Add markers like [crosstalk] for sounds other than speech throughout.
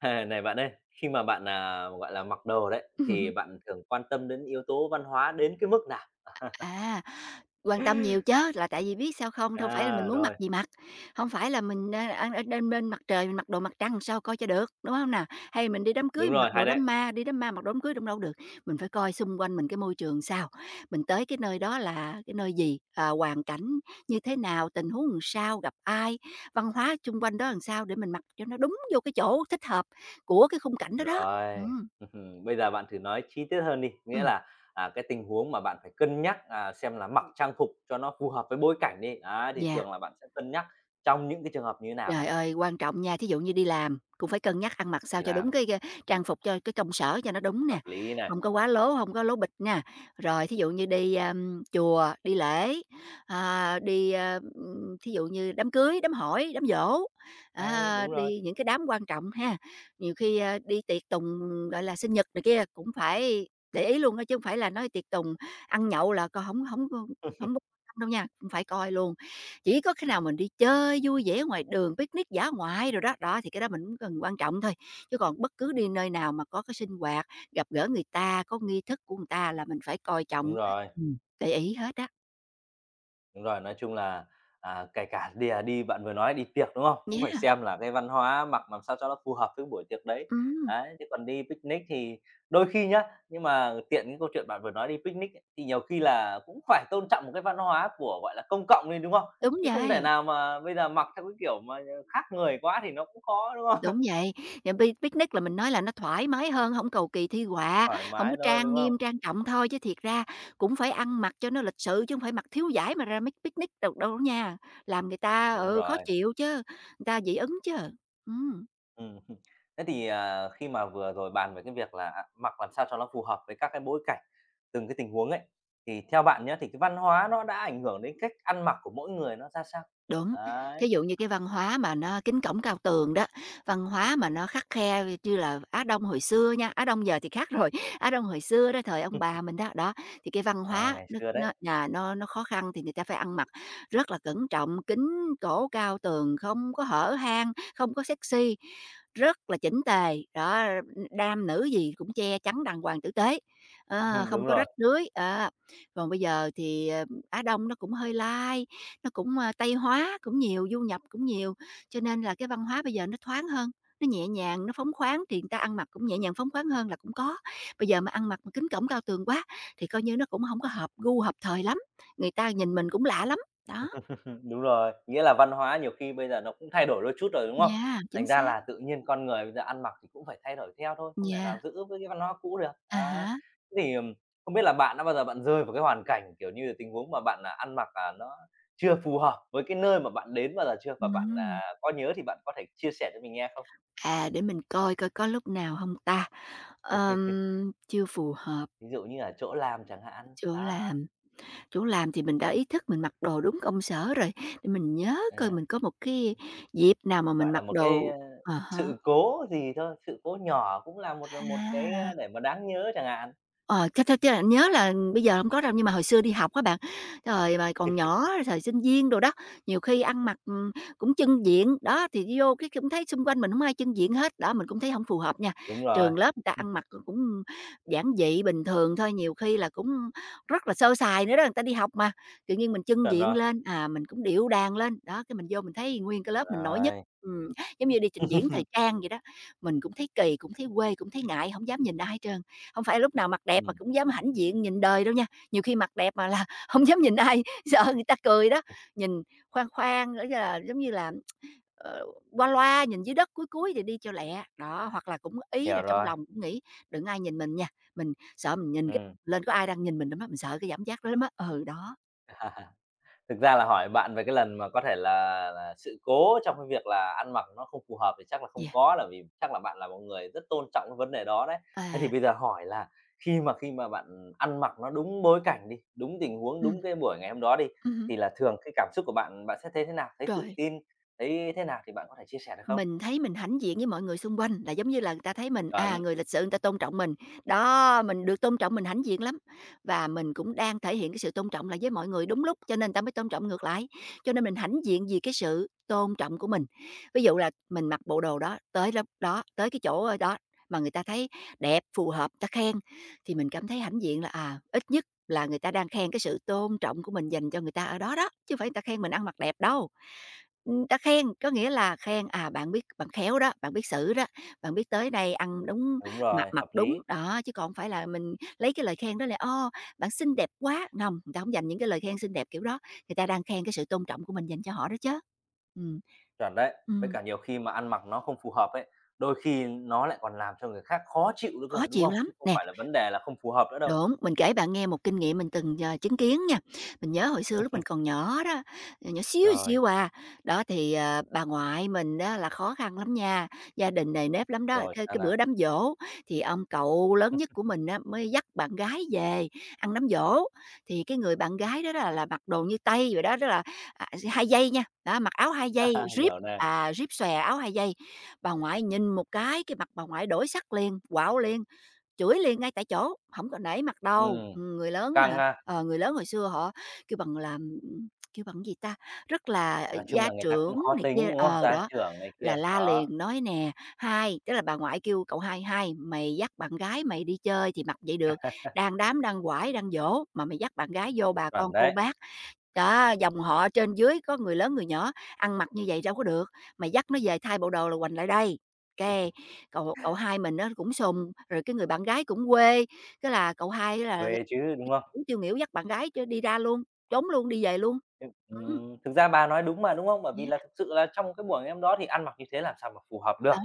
Hề, này bạn ơi, khi mà bạn, gọi là, mặc đồ đấy, thì [laughs] bạn thường quan tâm đến yếu tố văn hóa đến cái mức nào? À, quan tâm nhiều chứ là tại vì biết sao không? Đâu phải là mình muốn mặc Rồi, gì mặc, không phải là mình, ăn ở bên bên mặt trời mình mặc đồ mặt trăng sao coi cho được, đúng không nào? Hay mình đi đám đúng cưới mình mặc rồi, hay đồ đám đấy. ma, đi đám ma mặc đồ đám cưới đâu đâu được, mình phải coi xung quanh mình cái môi trường sao, mình tới cái nơi đó là cái nơi gì, à, hoàn cảnh như thế nào, tình huống làm sao, gặp ai, văn hóa xung quanh đó làm sao để mình mặc cho nó đúng vô cái chỗ thích hợp của cái khung cảnh đó đó. Ừ, Rồi, [laughs] bây giờ bạn thử nói chi tiết hơn đi, nghĩa ừ, là, cái tình huống mà bạn phải cân nhắc, xem là mặc trang phục cho nó phù hợp với bối cảnh đi, á, thì yeah. thường là bạn sẽ cân nhắc trong những cái trường hợp như thế nào Trời nào? ơi, quan trọng nha, thí dụ như đi làm cũng phải cân nhắc ăn mặc sao Đi cho đúng làm, trang phục cho cái công sở cho nó đúng nè, hợp lý này, không có quá lố, không có lố bịch nha. Rồi thí dụ như đi chùa, đi lễ, à, đi thí dụ như đám cưới, đám hỏi, đám giỗ, hay, à, đúng rồi, đi những cái đám quan trọng ha. Nhiều khi, đi tiệc tùng, gọi là, sinh nhật này kia cũng phải để ý luôn á, chứ không phải là nói tiệc tùng ăn nhậu là con không không không không đâu nha, cũng phải coi luôn. Chỉ có khi nào mình đi chơi vui vẻ ngoài đường, picnic dã ngoại rồi đó, đó, thì cái đó mình cũng cần quan trọng thôi. Chứ còn bất cứ đi nơi nào mà có cái sinh hoạt, gặp gỡ người ta, có nghi thức của người ta là mình phải coi trọng, đúng rồi. Để ý hết á, Đúng rồi, nói chung là, kể cả đi đi bạn vừa nói đi tiệc, đúng không? Cũng nhé. phải xem là cái văn hóa mặc làm sao cho nó phù hợp với buổi tiệc đấy. Ừm, Đấy, chứ còn đi picnic thì đôi khi nhá, nhưng mà tiện cái câu chuyện bạn vừa nói đi picnic ấy, thì nhiều khi là cũng phải tôn trọng một cái văn hóa của, gọi là, công cộng đi, đúng không? đúng Chứ không thể vậy, nào mà bây giờ mặc theo cái kiểu mà khác người quá thì nó cũng khó, đúng không? đúng vậy. Và picnic là mình nói là nó thoải mái hơn, không cầu kỳ thi [laughs] họa, Thoải không có mái thôi, trang đúng không? nghiêm, trang trọng thôi, chứ thiệt ra cũng phải ăn mặc cho nó lịch sự, chứ không phải mặc thiếu vải mà ra picnic đâu đâu đó nha, làm người ta, Đúng ừ, khó rồi. chịu chứ, người ta dị ứng chứ. Ừm. Hừm. Thế thì, khi mà vừa rồi bàn về cái việc là, mặc làm sao cho nó phù hợp với các cái bối cảnh, từng cái tình huống ấy, thì theo bạn nhé thì cái văn hóa nó đã ảnh hưởng đến cách ăn mặc của mỗi người nó ra sao? Đúng, Đấy, thí dụ như cái văn hóa mà nó kính cổng cao tường đó, văn hóa mà nó khắt khe như là Á Đông hồi xưa nha, Á Đông giờ thì khác rồi, [laughs] Á Đông hồi xưa đó, thời ông bà mình đó, đó, thì cái văn rồi, hóa ngày nó xưa nó đấy. nhà nó khó khăn thì người ta phải ăn mặc rất là cẩn trọng, kính cổ cao tường, không có hở hang, không có sexy, rất là chỉnh tề, đó, nam nữ gì cũng che chắn đàng hoàng tử tế, ờ, [laughs] không Đúng có rồi. rách rưới, ờ. Còn bây giờ thì, Á Đông nó cũng hơi lai, nó cũng, Tây hóa cũng nhiều, du nhập cũng nhiều, cho nên là cái văn hóa bây giờ nó thoáng hơn, nó nhẹ nhàng, nó phóng khoáng thì người ta ăn mặc cũng nhẹ nhàng, phóng khoáng hơn là cũng có. Bây giờ mà ăn mặc mà kính cổng cao tường quá thì coi như nó cũng không có hợp gu, hợp thời lắm, người ta nhìn mình cũng lạ lắm. Đó, Đúng rồi, nghĩa là văn hóa nhiều khi bây giờ nó cũng thay đổi đôi chút rồi, đúng không? nha, chính Thành ra xác, là tự nhiên con người bây giờ ăn mặc thì cũng phải thay đổi theo thôi, không thể nào nha. giữ với cái văn hóa cũ được. À Á, hả? thế thì, không biết là bạn đã bao giờ bạn rơi vào cái hoàn cảnh, kiểu như là, tình huống mà bạn, ăn mặc, nó chưa phù hợp với cái nơi mà bạn đến bao giờ chưa? Và bạn, Ừm. Có nhớ thì bạn có thể chia sẻ cho mình nghe không? À, để mình coi coi có lúc nào không ta? Chưa phù hợp Ví dụ như là chỗ làm chẳng hạn, chỗ đó, làm. Chỗ làm thì mình đã ý thức mình mặc đồ đúng công sở rồi, để mình nhớ ờ, coi mình có một cái dịp nào mà gọi mình là, mặc một cái, đồ. ơ, À há, sự cố gì thôi, sự cố nhỏ cũng là một, ờ, một cái, à. ơ, để mà đáng nhớ chẳng hạn. Ờ, cái theo là nhớ là bây giờ hông có đâu, nhưng mà hồi xưa đi học á bạn, thời mà còn nhỏ, thời sinh viên đồ đó, nhiều khi ăn mặc, cũng chưng diện, đó, thì đi vô cái cũng thấy xung quanh mình hổng ai chưng diện hết, đó, mình cũng thấy hổng phù hợp nha. Đúng rồi. Trường lớp người ta ăn mặc cũng giản dị, bình thường thôi, nhiều khi là cũng rất là sơ sài nữa đó, người ta đi học mà, tự nhiên mình chưng Chuẩn diện rồi, lên, à, mình cũng điệu đàng lên, đó, cái mình vô mình thấy nguyên cái lớp mình nổi nhất. rồi. Ừm, giống như đi trình diễn thời [laughs] trang vậy đó, mình cũng thấy kỳ, cũng thấy quê, cũng thấy ngại, hổng dám nhìn ai trơn. Không phải lúc nào mặt đẹp mà Ừm, cũng dám hãnh diện nhìn đời đâu nha, nhiều khi mặt đẹp mà là [laughs] không dám nhìn ai, [laughs] sợ người ta cười đó, nhìn khoan khoan, nữa là giống như là, ờ, qua loa, nhìn dưới đất, cuối cuối thì đi cho lẹ. Đó, hoặc là cũng ý hiểu là trong rồi, lòng cũng nghĩ đừng ai nhìn mình nha, mình sợ mình nhìn cái ừm. [laughs] lên có ai đang nhìn mình lắm á, mình sợ cái cảm giác đó lắm á. Ừ, đó, [laughs] Thực ra là hỏi bạn về cái lần mà có thể là sự cố trong cái việc là ăn mặc nó không phù hợp thì chắc là không yeah, có, là vì chắc là bạn là một người rất tôn trọng cái vấn đề đó đấy. Thế thì à, bây giờ hỏi là khi mà bạn ăn mặc nó đúng bối cảnh đi, đúng tình huống, ừm, đúng cái buổi ngày hôm đó đi, ừm, thì là thường cái cảm xúc của bạn bạn sẽ thấy thế nào? Thấy tự rồi. tin, thấy thế nào thì bạn có thể chia sẻ được không? Mình thấy mình hãnh diện với mọi người xung quanh, là giống như là người ta thấy mình, à, Chuẩn, người lịch sự người ta tôn trọng mình. Đó, mình được tôn trọng mình hãnh diện lắm, và mình cũng đang thể hiện cái sự tôn trọng là với mọi người đúng lúc, cho nên người ta mới tôn trọng ngược lại. Cho nên mình hãnh diện vì cái sự tôn trọng của mình. Ví dụ là mình mặc bộ đồ đó, tới lớp đó, tới cái chỗ, đó mà người ta thấy đẹp, phù hợp, người ta khen, thì mình cảm thấy hãnh diện là, à, ít nhất là người ta đang khen cái sự tôn trọng của mình dành cho người ta ở đó đó, chứ hông phải người ta khen mình ăn mặc đẹp đâu. Đã khen, có nghĩa là khen, à, bạn biết bạn khéo đó, bạn biết xử đó, bạn biết tới đây ăn đúng, đúng mặc rồi, mặc hợp đúng, lý. đó, chứ còn hông phải là mình lấy cái lời khen đó là "Ô, bạn xinh đẹp quá!" Hông, người ta không dành những cái lời khen xinh đẹp kiểu đó, người ta đang khen cái sự tôn trọng của mình dành cho họ đó chứ. Ừm. Chuẩn đấy. Với Ừm, cả nhiều khi mà ăn mặc nó không phù hợp ấy, đôi khi nó lại còn làm cho người khác khó chịu nữa cơ, khó đúng chịu không? lắm, Chứ không nè. phải là vấn đề là không phù hợp nữa đâu. Đúng, mình kể bạn nghe một kinh nghiệm mình từng, ờ, chứng kiến nha. Mình nhớ hồi xưa lúc mình còn nhỏ đó, ờ, nhỏ xíu Rồi, xíu à, đó thì, ờ, bà ngoại mình đó là khó khăn lắm nha, gia đình nề nếp lắm đó. rồi, Cái sao cái nào? bữa đám giỗ thì ông cậu lớn nhất của mình á mới dắt bạn gái về ăn đám giỗ, thì cái người bạn gái đó đó là mặc đồ như Tây vậy đó, đó là, à, hai dây nha, đó, mặc áo hai dây, [laughs] ríp, Hiểu nè. à, ríp xòe áo hai dây. Bà ngoại nhìn một cái mặt bà ngoại đổi sắc liền, quạo liền, chửi liền ngay tại chỗ, không có nể mặt đâu. Ừm, Người lớn căng mà, ha. ờ, người lớn hồi xưa họ kêu bằng là, kêu bằng gì ta? Rất là, ờ, Nói chung gia là người ta cũng trưởng khó này kia tính, đúng không? ờ, Gia đó, trưởng này là kia, la đó, liền nói nè: "Hai", tức là bà ngoại kêu cậu hai: "Hai, mày dắt bạn gái mày đi chơi thì mặc vậy được, đang đám, đang quải, đang giỗ mà mày dắt bạn gái vô bà con chuẩn cô đấy, bác đó, dòng họ trên dưới có người lớn người nhỏ, ăn mặc như vậy đâu có được, mày dắt nó về thay bộ đồ là quành lại đây." Cái cậu cậu hai mình á cũng sùng, rồi cái người bạn gái cũng quê, cái là cậu hai á là về chứ, đúng không? cũng tiêu nghỉu dắt bạn gái đi ra luôn, trốn luôn, đi về luôn. Ư, Ừm, thực ra bà nói đúng mà, đúng không? Bởi vì yeah, là thực sự là trong cái buổi em đó thì ăn mặc như thế làm sao mà phù hợp đó, được,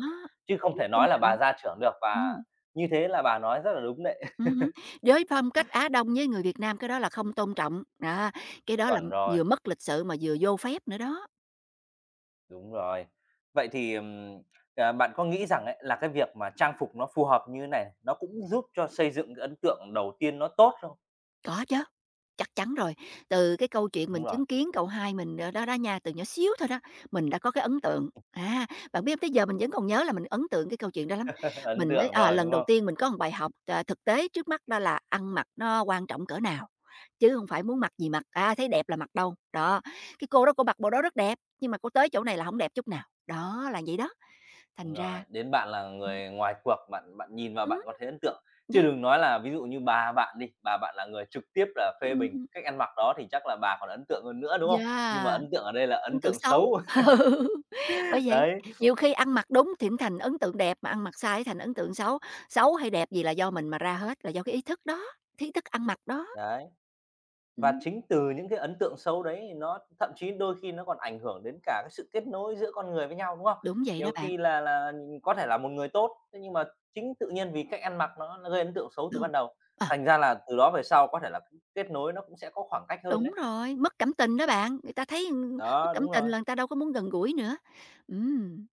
chứ không kém thể tôn nói là trọng. bà gia trưởng được và Ừm, như thế là bà nói rất là đúng đấy. [laughs] Hứm, với phong cách Á Đông với người Việt Nam cái đó là không tôn trọng, đó, cái đó là Chuẩn rồi. vừa mất lịch sự mà vừa vô phép nữa đó. Đúng rồi. Vậy thì, bạn có nghĩ rằng ấy là cái việc mà trang phục nó phù hợp như thế này, nó cũng giúp cho xây dựng cái ấn tượng đầu tiên nó tốt không? Có chứ, chắc chắn rồi. Từ cái câu chuyện Đúng mình rồi, chứng kiến cậu hai mình, ờ, đó đó nha, từ nhỏ xíu thôi đó, mình đã có cái ấn tượng. À, bạn biết không, tới giờ mình vẫn còn nhớ là mình ấn tượng cái câu chuyện đó lắm. [laughs] ấn Mình mới tượng à, rồi, lần đúng đầu không? tiên mình có một bài học, à, thực tế trước mắt đó là ăn mặc nó quan trọng cỡ nào, chứ không phải muốn mặc gì mặc, à, thấy đẹp là mặc đâu. Đó, cái cô đó cô mặc bộ đó rất đẹp, nhưng mà cô tới chỗ này là không đẹp chút nào. Đó, là vậy đó, thành Đúng rồi, ra đến bạn là ừm, người ngoài cuộc, bạn bạn nhìn vào ừm, bạn có thấy ấn tượng, chứ yeah, đừng nói là ví dụ như bà bạn đi, bà bạn là người trực tiếp là phê bình ừm, cái cách ăn mặc đó thì chắc là bà còn ấn tượng hơn nữa, đúng không? Nhưng mà yeah. ấn tượng ở đây là Ấn ấn tượng tượng xấu. xấu. [laughs] Ừ, bởi [laughs] vậy, Đấy, nhiều khi ăn mặc đúng thì cũng thành ấn tượng đẹp, mà ăn mặc sai thành ấn tượng xấu. Xấu hay đẹp gì là do mình mà ra hết, là do cái ý thức đó, ý thức ăn mặc đó. đấy. Và Ừm, chính từ những cái ấn tượng xấu đấy thì nó thậm chí đôi khi nó còn ảnh hưởng đến cả cái sự kết nối giữa con người với nhau, đúng không? đúng vậy đó Nhiều bạn, khi là có thể là một người tốt, thế nhưng mà chính tự nhiên vì cách ăn mặc nó gây ấn tượng xấu từ đúng. ban đầu, Ờ, thành ra là từ đó về sau có thể là kết nối nó cũng sẽ có khoảng cách hơn Đúng đấy. rồi, mất cảm tình đó bạn, người ta thấy, mất Đó, cảm đúng tình rồi. là người ta đâu có muốn gần gũi nữa. Ừm,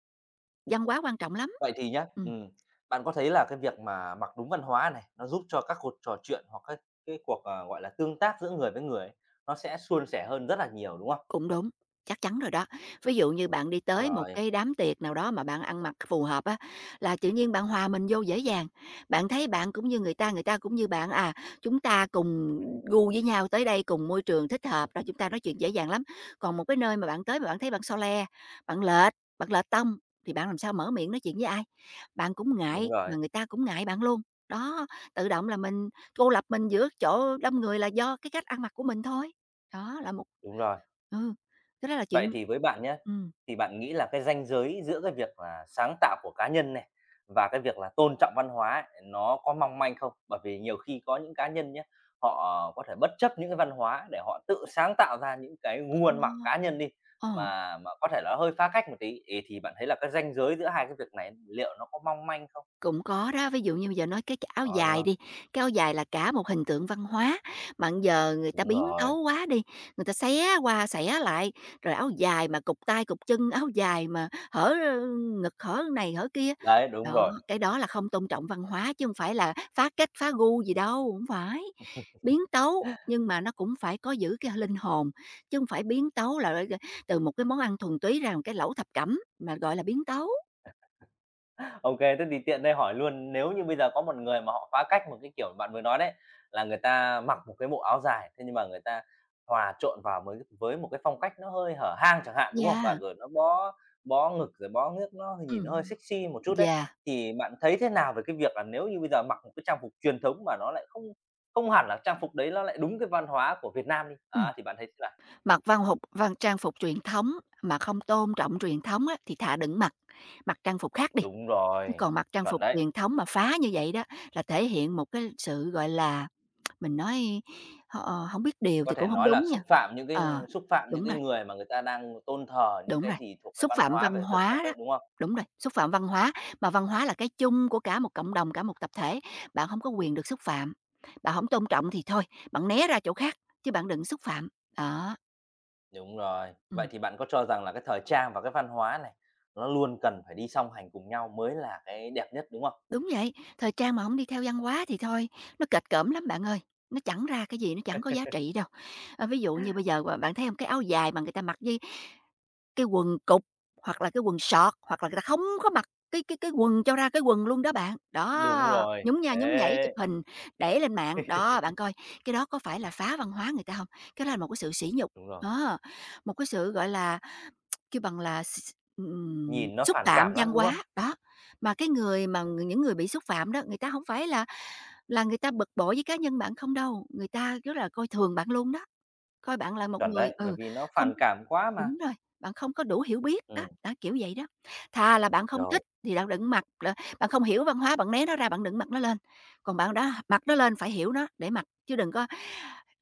văn hóa quan trọng lắm. Vậy thì nhá, Ừm. Bạn có thấy là cái việc mà mặc đúng văn hóa này, nó giúp cho các cuộc trò chuyện hoặc các cái cuộc, ờ, gọi là, tương tác giữa người với người ấy, nó sẽ suôn sẻ hơn rất là nhiều, đúng không? Cũng đúng, chắc chắn rồi đó. Ví dụ như bạn đi Đúng tới một rồi, cái đám tiệc nào đó mà bạn ăn mặc phù hợp á, là tự nhiên bạn hòa mình vô dễ dàng. Bạn thấy bạn cũng như người ta cũng như bạn à, chúng ta cùng gu với nhau tới đây cùng môi trường thích hợp rồi chúng ta nói chuyện dễ dàng lắm. Còn một cái nơi mà bạn tới mà bạn thấy bạn so le, bạn lệch tông thì bạn làm sao mở miệng nói chuyện với ai? Bạn cũng đúng ngại rồi, mà người ta cũng ngại bạn luôn. Đó, tự động là mình cô lập mình giữa chỗ đông người là do cái cách ăn mặc của mình thôi. Đó là đúng rồi. Ừ, thực ra là chuyện Vậy thì với bạn nhé ừm, thì bạn nghĩ là cái ranh giới giữa cái việc là sáng tạo của cá nhân này và cái việc là tôn trọng văn hóa ấy, nó có mong manh không? Bởi vì nhiều khi có những cá nhân nhé họ có thể bất chấp những cái văn hóa để họ tự sáng tạo ra những cái gu ăn mặc ờ, cá nhân đi, ờ, mà có thể là hơi phá cách một tí, thì bạn thấy là cái ranh giới giữa hai cái việc này liệu nó có mong manh không? Cũng có đó, ví dụ như bây giờ nói cái áo Đó, đúng dài không? đi, cái áo dài là cả một hình tượng văn hóa, mà bây giờ người ta Đúng biến rồi, tấu quá đi, người ta xé qua xẻ lại, rồi áo dài mà cụt tay cụt chân, áo dài mà hở ngực, hở này hở kia. đấy, đúng Đó, rồi. cái đó là không tôn trọng văn hóa chứ không phải là phá cách, phá gu gì đâu, hổng phải. Biến tấu, nhưng mà nó cũng phải có giữ cái linh hồn, chứ không phải biến tấu là từ một cái món ăn thuần túy ra một cái lẩu thập cẩm, mà gọi là biến tấu. OK, thế thì tiện đây hỏi luôn, nếu như bây giờ có một người mà họ phá cách một cái kiểu bạn vừa nói đấy, là người ta mặc một cái bộ áo dài, thế nhưng mà người ta hòa trộn vào với một cái phong cách nó hơi hở hang chẳng hạn, đúng không? Và Yeah, rồi nó bó bó ngực, rồi bó ngước, nó nhìn nó hơi ừm, sexy một chút đấy, yeah. thì bạn thấy thế nào về cái việc là nếu như bây giờ mặc một cái trang phục truyền thống mà nó lại không không hẳn là trang phục đấy nó lại đúng cái văn hóa của Việt Nam đi? Ừm, Á, thì bạn thấy thế nào? Mặc văn phục văn trang phục truyền thống mà không tôn trọng truyền thống á, thì thà đừng mặc, mặc trang phục khác đi, Đúng chứ rồi, còn mặc trang chuẩn phục đấy. truyền thống mà phá như vậy đó là thể hiện một cái sự, gọi là, mình nói, hổng biết điều Có thì thể cũng không nói là đúng xúc nha. phạm những cái Ờ, đúng rồi, người mà người ta đang tôn thờ những đúng cái rồi, gì thuộc về xúc văn phạm hóa văn về dân tộc hóa đó, đấy, đúng không? đúng rồi, xúc phạm văn hóa, mà văn hóa là cái chung của cả một cộng đồng, cả một tập thể, bạn không có quyền được xúc phạm. Bạn không tôn trọng thì thôi, bạn né ra chỗ khác, chứ bạn đừng xúc phạm. Đó, Đúng rồi. Vậy ừm. thì bạn có cho rằng là cái thời trang và cái văn hóa này nó luôn cần phải đi song hành cùng nhau mới là cái đẹp nhất, đúng không? Đúng vậy, thời trang mà không đi theo văn hóa thì thôi, nó kệch cỡm lắm bạn ơi, nó chẳng ra cái gì, nó chẳng có giá trị đâu. A, ví dụ như bây giờ bạn thấy không, cái áo dài mà người ta mặc với cái quần cụt, hoặc là cái quần sọt, hoặc là người ta không có mặc cái quần cho ra cái quần luôn đó bạn. Đúng Đó, rồi, nhúng nha nhúng nhảy, chụp đấy, hình, để lên mạng, đó, bạn coi cái đó có phải là phá văn hóa người ta không? Cái đó là một cái sự sỉ nhục, đúng rồi, đó, một cái sự, gọi là Kêu bằng là x nhìn nó xúc phản phạm cảm văn lắm, đúng hóa, không? đó. Mà cái người mà những người bị xúc phạm đó, người ta hổng phải là người ta bực bội với cá nhân bạn không đâu, người ta rất là coi thường bạn luôn đó, coi bạn là một Chuẩn người đấy, bởi ừ, vì nó không, phản cảm quá mà. đúng rồi, bạn không có đủ hiểu biết đó, Ừm, đó, kiểu vậy đó. Thà là bạn không rồi. thích thì bạn đừng mặc, là bạn không hiểu văn hóa, bạn né nó ra, bạn đừng mặc nó lên. Còn bạn đã mặc nó lên phải hiểu nó để mặc, chứ đừng có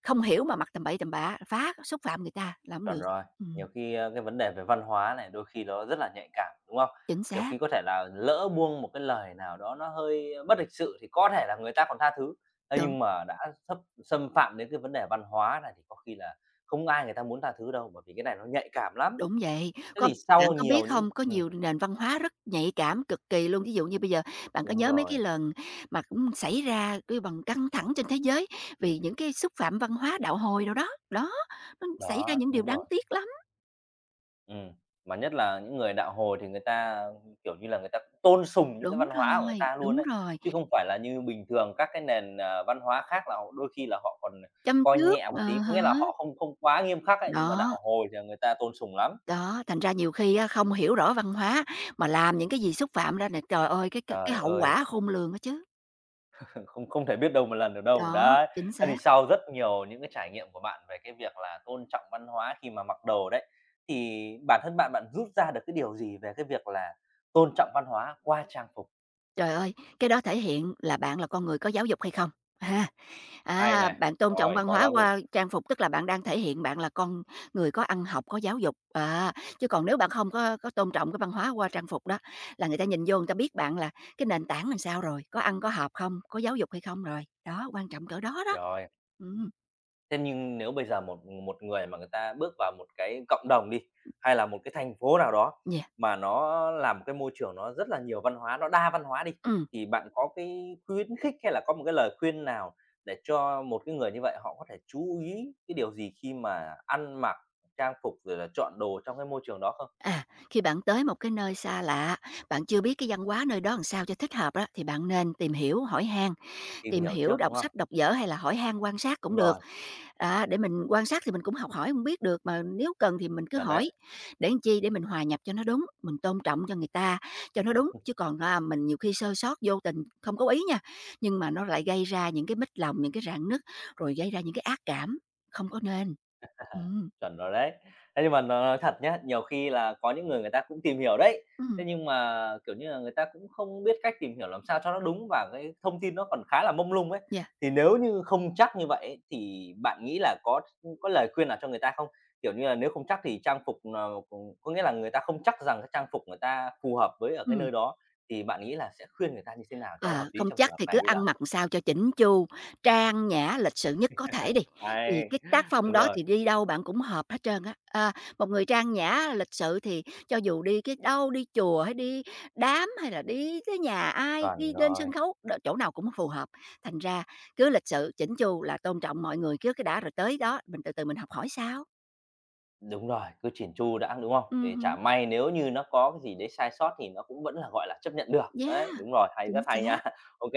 không hiểu mà mặc tầm bậy tầm bạ, phá, xúc phạm người ta là hổng Chuẩn được. rồi, Ừm, nhiều khi, ơ, cái vấn đề về văn hóa này đôi khi nó rất là nhạy cảm, đúng không? chính Nhiều xác, khi có thể là lỡ buông một cái lời nào đó nó hơi bất lịch sự thì có thể là người ta còn tha thứ, thế đúng. nhưng mà đã xâm xâm phạm đến cái vấn đề văn hóa này thì có khi là không ai người ta muốn tha thứ đâu, bởi vì cái này nó nhạy cảm lắm. Đúng vậy, Thế có thì bạn sau có biết nhiều những không? Có nhiều nền văn hóa rất nhạy cảm cực kỳ luôn. Ví dụ như bây giờ bạn có đúng nhớ mấy rồi, cái lần mà cũng xảy ra cái bằng căng thẳng trên thế giới vì những cái xúc phạm văn hóa đạo Hồi đâu đó, đó, nó xảy ra đó, những điều đúng đáng rồi. tiếc lắm. Ừm, mà nhất là những người đạo Hồi thì người ta, kiểu như là, người ta cũng tôn sùng những cái văn hóa của người ta Đúng luôn đấy rồi, chứ không phải là như bình thường các cái nền, ờ, văn hóa khác là họ đôi khi là họ còn châm coi trước, nhẹ một ờ tí, há. nghĩa là họ không không quá nghiêm khắc ấy, nhưng mà Đó, đạo Hồi thì người ta tôn sùng lắm. đó, thành ra nhiều khi á không hiểu rõ văn hóa mà làm những cái gì xúc phạm ra nè, trời ơi, cái Trời hậu ơi, quả khôn lường đó chứ. [laughs] không không thể biết đâu một lần được đâu. Đó, Đấy, chính thế xác. thì sau rất nhiều những cái trải nghiệm của bạn về cái việc là tôn trọng văn hóa khi mà mặc đồ đấy, thì bản thân bạn, bạn rút ra được cái điều gì về cái việc là tôn trọng văn hóa qua trang phục? Trời ơi, cái đó thể hiện là bạn là con người có giáo dục hay không, ha. Hay À, này, bạn tôn trọng rồi, văn có hóa giáo dục. qua trang phục tức là bạn đang thể hiện bạn là con người có ăn học, có giáo dục. À, chứ còn nếu bạn không có tôn trọng cái văn hóa qua trang phục đó là người ta nhìn vô người ta biết bạn là cái nền tảng làm sao rồi, có ăn có học không, có giáo dục hay không rồi. Đó, quan trọng cỡ đó đó. Rồi, Ừm, thế nhưng nếu bây giờ một một người mà người ta bước vào một cái cộng đồng đi, hay là một cái thành phố nào đó yeah. mà nó là một cái môi trường nó rất là nhiều văn hóa, nó đa văn hóa đi, Ừm. thì bạn có cái khuyến khích hay là có một cái lời khuyên nào để cho một cái người như vậy họ có thể chú ý cái điều gì khi mà ăn mặc, trang phục rồi là chọn đồ trong cái môi trường đó không? À, khi bạn tới một cái nơi xa lạ, bạn chưa biết cái văn hóa nơi đó làm sao cho thích hợp đó thì bạn nên tìm hiểu, hỏi han. Tìm Tìm hiểu hiểu, trước, đọc đúng không? sách, đọc vở hay là hỏi han quan sát cũng Đúng được. rồi, Đó, để mình quan sát thì mình cũng học hỏi hông biết được, mà nếu cần thì mình cứ chuẩn hỏi, đấy. để làm chi? Để mình hòa nhập cho nó đúng, mình tôn trọng cho người ta cho nó đúng, chứ còn, a, mình nhiều khi sơ sót vô tình, không có ý nha, nhưng mà nó lại gây ra những cái mếch lòng, những cái rạn nứt, rồi gây ra những cái ác cảm, không có nên. À, Ừm, chuẩn rồi đấy. Thế nhưng mà nói thật nhá, nhiều khi là có những người người ta cũng tìm hiểu đấy, ừm, thế nhưng mà, kiểu như là, người ta cũng không biết cách tìm hiểu làm sao cho nó đúng và cái thông tin nó còn khá là mông lung ấy. yeah, Thì nếu như không chắc như vậy ấy, thì bạn nghĩ là có lời khuyên nào cho người ta không? Kiểu như là, nếu không chắc thì trang phục nào có nghĩa là người ta không chắc rằng cái trang phục người ta phù hợp với ở cái ừm. nơi đó, thì bạn nghĩ là sẽ khuyên người ta như thế nào cho nó hợp Ờ, lý Không trong chắc trường hợp thì cứ này bây giờ? ăn mặc sao cho chỉnh chu, trang nhã, lịch sự nhất có thể đi, thì Hay, cái tác phong đúng đó rồi, thì đi đâu bạn cũng hợp hết trơn á. À, một người trang nhã, lịch sự thì cho dù đi cái đâu, đi chùa hay đi đám hay là đi tới nhà ai, chuẩn đi lên rồi. sân khấu, chỗ nào cũng phù hợp. Thành ra cứ lịch sự, chỉnh chu là tôn trọng mọi người trước cái đã rồi tới đó mình từ từ mình học hỏi sao. Đúng rồi, cứ chỉn chu đã, đúng không? Để chả Ừm, may nếu như nó có cái gì đấy sai sót thì nó cũng vẫn là, gọi là, chấp nhận được. Đấy, yeah, đúng rồi, hay, chính rất hay xác. nha. [laughs] OK,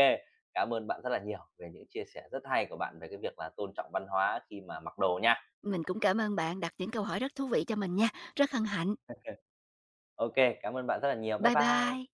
cảm ơn bạn rất là nhiều về những chia sẻ rất hay của bạn về cái việc là tôn trọng văn hóa khi mà mặc đồ nha. Mình cũng cảm ơn bạn đặt những câu hỏi rất thú vị cho mình nha, rất hân hạnh. OK, cảm ơn bạn rất là nhiều. Bye Bye bye. bye.